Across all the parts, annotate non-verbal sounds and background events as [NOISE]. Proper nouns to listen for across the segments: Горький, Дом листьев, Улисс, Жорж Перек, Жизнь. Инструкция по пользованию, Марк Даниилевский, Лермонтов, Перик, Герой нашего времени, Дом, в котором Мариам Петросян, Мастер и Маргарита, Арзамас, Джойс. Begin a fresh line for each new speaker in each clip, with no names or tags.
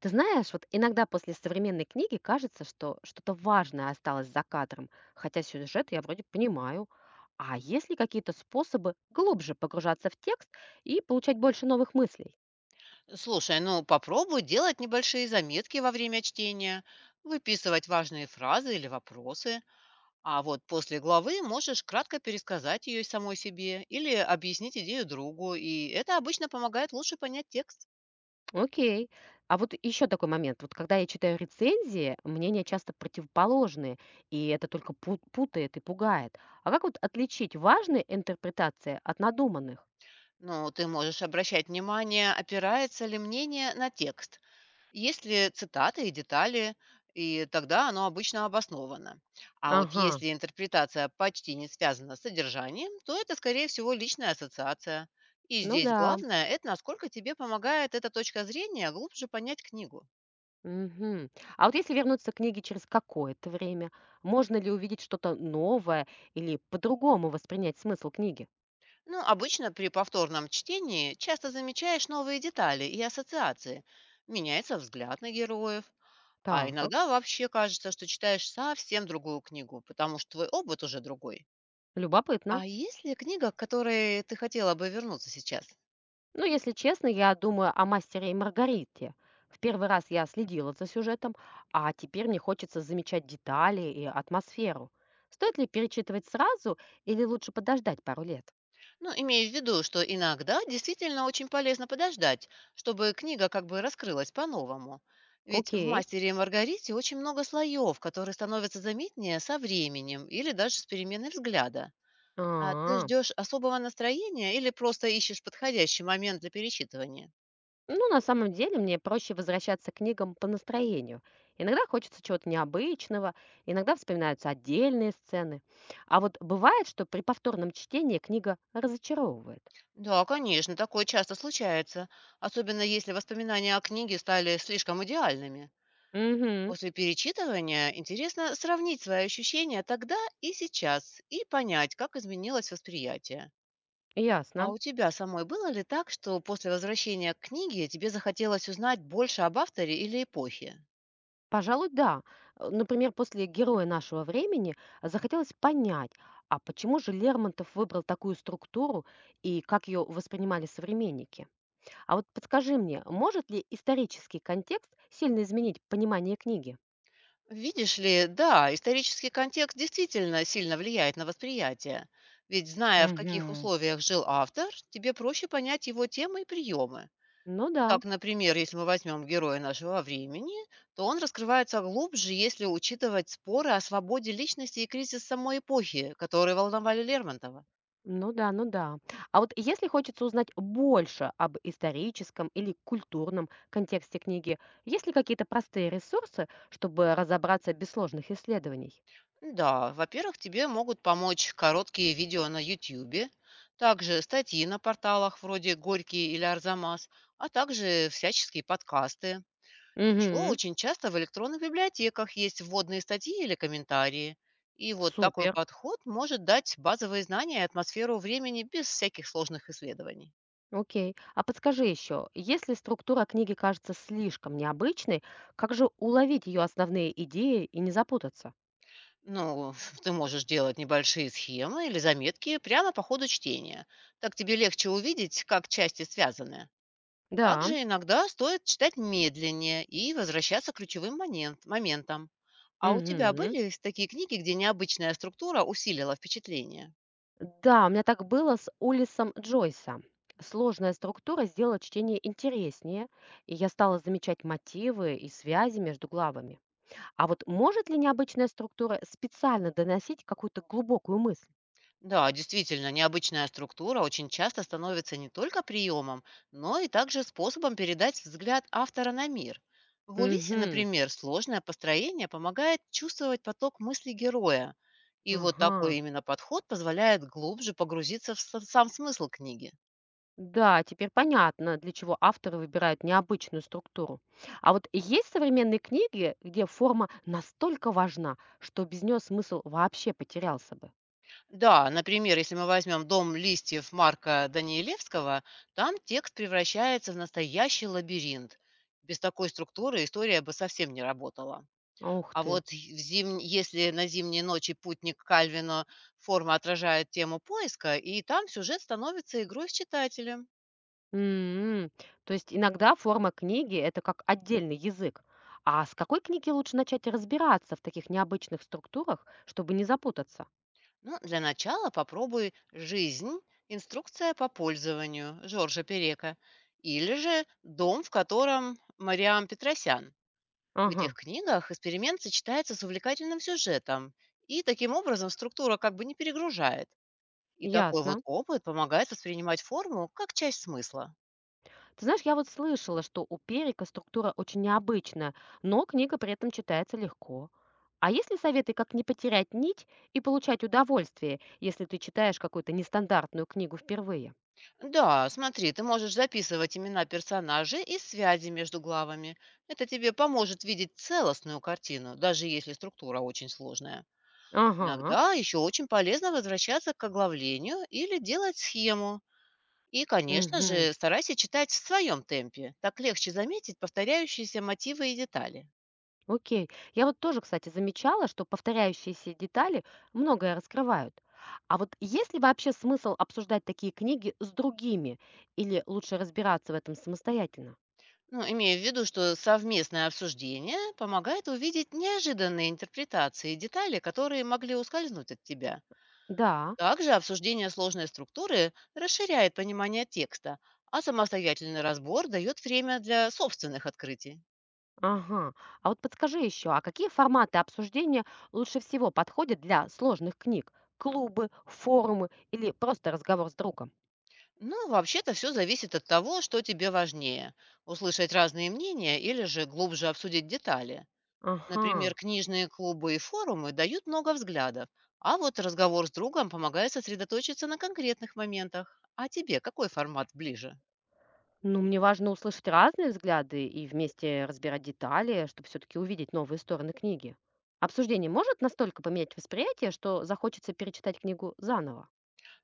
Ты знаешь, вот иногда после современной книги кажется, что что-то важное осталось за кадром, хотя сюжет я вроде понимаю. А есть ли какие-то способы глубже погружаться в текст и получать больше новых мыслей?
Слушай, ну попробуй делать небольшие заметки во время чтения, выписывать важные фразы или вопросы, а вот после главы можешь кратко пересказать ее самой себе или объяснить идею другу, и это обычно помогает лучше понять текст.
Окей. А вот еще такой момент. Вот когда я читаю рецензии, мнения часто противоположные, и это только путает и пугает. А как вот отличить важные интерпретации от надуманных?
Ну ты можешь обращать внимание, опирается ли мнение на текст, если цитаты и детали, и тогда оно обычно обосновано. А вот
Ага,
если интерпретация почти не связана с содержанием, то это, скорее всего, личная ассоциация. И
ну
здесь
да.
главное– это насколько тебе помогает эта точка зрения глубже понять книгу.
Мгм. А вот если вернуться к книге через какое-то время, можно ли увидеть что-то новое или по-другому воспринять смысл книги?
Ну, обычно при повторном чтении часто замечаешь новые детали и ассоциации. Меняется взгляд на героев. А
Так,
иногда вообще кажется, что читаешь совсем другую книгу, потому что твой опыт уже другой.
любопытно.
А есть ли книга, к которой ты хотела бы вернуться сейчас?
Ну, если честно, я думаю о «Мастере и Маргарите». В первый раз я следила за сюжетом, а теперь мне хочется замечать детали и атмосферу. Стоит ли перечитывать сразу или лучше подождать пару лет?
Ну, имея в виду, что иногда действительно очень полезно подождать, чтобы книга как бы раскрылась по-новому. Ведь в
Окей.
«Мастере и Маргарите» очень много слоев, которые становятся заметнее со временем или даже с переменой взгляда. А ты
А,
ждешь особого настроения или просто ищешь подходящий момент для перечитывания?
ну, на самом деле, мне проще возвращаться к книгам по настроению. Иногда хочется чего-то необычного, иногда вспоминаются отдельные сцены. А вот бывает, что при повторном чтении книга разочаровывает.
Да, конечно, такое часто случается, особенно если воспоминания о книге стали слишком идеальными.
Угу,
После перечитывания интересно сравнить свои ощущения тогда и сейчас и понять, как изменилось восприятие. А
ясно.
у тебя самой было ли так, что после возвращения к книге тебе захотелось узнать больше об авторе или эпохе?
Пожалуй, да. Например, после «Героя нашего времени» захотелось понять, а почему же Лермонтов выбрал такую структуру и как ее воспринимали современники? А вот подскажи мне, может ли исторический контекст сильно изменить понимание книги?
Видишь ли, да, исторический контекст действительно сильно влияет на восприятие. Ведь зная, в каких
Угу.
условиях жил автор, тебе проще понять его темы и приемы.
Ну да,
Так, например, если мы возьмем героя нашего времени, то он раскрывается глубже, если учитывать споры о свободе личности и кризис самой эпохи, которые волновали Лермонтова.
ну да, ну да. А вот если хочется узнать больше об историческом или культурном контексте книги, есть ли какие-то простые ресурсы, чтобы разобраться без сложных исследований?
Да, во-первых, тебе могут помочь короткие видео на YouTube, также статьи на порталах вроде «Горький» или «Арзамас», а также всяческие подкасты. Еще
Угу,
очень часто в электронных библиотеках есть вводные статьи или комментарии. И вот такой
супер.
подход может дать базовые знания и атмосферу времени без всяких сложных исследований.
Окей. А подскажи еще, если структура книги кажется слишком необычной, как же уловить ее основные идеи и не запутаться?
Ну, [LAUGHS] ты можешь делать небольшие схемы или заметки прямо по ходу чтения. Так тебе легче увидеть, как части связаны.
Да.
Также иногда стоит читать медленнее и возвращаться к ключевым моментам. А у тебя
Угу.
были такие книги, где необычная структура усилила впечатление?
Да, у меня так было с Улиссом Джойсом. Сложная структура сделала чтение интереснее, и я стала замечать мотивы и связи между главами. А вот может ли необычная структура специально доносить какую-то глубокую мысль?
Да, действительно, необычная структура очень часто становится не только приемом, но и также способом передать взгляд автора на мир. В Улисе,
Угу.
например, сложное построение помогает чувствовать поток мыслей героя. И вот
Ага.
такой именно подход позволяет глубже погрузиться в сам смысл книги.
Да, теперь понятно, для чего авторы выбирают необычную структуру. А вот есть современные книги, где форма настолько важна, что без нее смысл вообще потерялся бы.
Да, например, если мы возьмем «Дом листьев» Марка Даниилевского, там текст превращается в настоящий лабиринт. Без такой структуры история бы совсем не работала.
Ух
А
ты.
вот й в зим если на "Зимней ночи" путник Кальвина форма отражает тему поиска, и там сюжет становится игрой с читателем.
М. То есть иногда форма книги — это как отдельный язык. А с какой книги лучше начать разбираться в таких необычных структурах, чтобы не запутаться?
Ну, для начала попробуй "Жизнь. Инструкция по пользованию" Жоржа Перека или же "Дом, в котором Мариам Петросян". В этих
Ага,
книгах эксперимент сочетается с увлекательным сюжетом, и таким образом структура как бы не перегружает. И такой вот
ясно.
опыт помогает воспринимать форму как часть смысла.
Ты знаешь, я вот слышала, что у Перика структура очень необычная, но книга при этом читается легко. А есть ли советы, как не потерять нить и получать удовольствие, если ты читаешь какую-то нестандартную книгу впервые?
Да, смотри, ты можешь записывать имена персонажей и связи между главами. Это тебе поможет видеть целостную картину, даже если структура очень сложная.
Ага.
Иногда еще очень полезно возвращаться к оглавлению или делать схему. И, конечно
Угу.
же, старайся читать в своем темпе. Так легче заметить повторяющиеся мотивы и детали.
Окей. Я вот тоже, кстати, замечала, что повторяющиеся детали многое раскрывают. А вот есть ли вообще смысл обсуждать такие книги с другими? Или лучше разбираться в этом самостоятельно?
Ну, имея в виду, что совместное обсуждение помогает увидеть неожиданные интерпретации и детали, которые могли ускользнуть от тебя.
Да,
Также обсуждение сложной структуры расширяет понимание текста, а самостоятельный разбор дает время для собственных открытий.
ага. А вот подскажи еще, а какие форматы обсуждения лучше всего подходят для сложных книг? Клубы, форумы или просто разговор с другом?
Ну, вообще-то все зависит от того, что тебе важнее– услышать разные мнения или же глубже обсудить детали.
Ага.
Например, книжные клубы и форумы дают много взглядов, а вот разговор с другом помогает сосредоточиться на конкретных моментах. А тебе какой формат ближе?
Ну, мне важно услышать разные взгляды и вместе разбирать детали, чтобы все-таки увидеть новые стороны книги. Обсуждение может настолько поменять восприятие, что захочется перечитать книгу заново.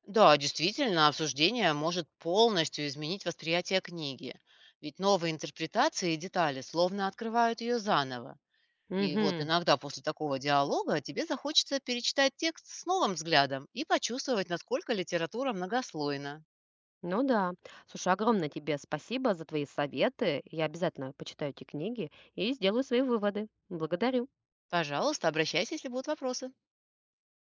Да, действительно, обсуждение может полностью изменить восприятие книги, ведь новые интерпретации и детали словно открывают ее заново. И вот
Угу.
иногда после такого диалога тебе захочется перечитать текст с новым взглядом и почувствовать, насколько литература многослойна.
Ну да. Слушай, огромное тебе спасибо за твои советы. Я обязательно почитаю эти книги и сделаю свои выводы. Благодарю.
Пожалуйста, обращайся, если будут вопросы.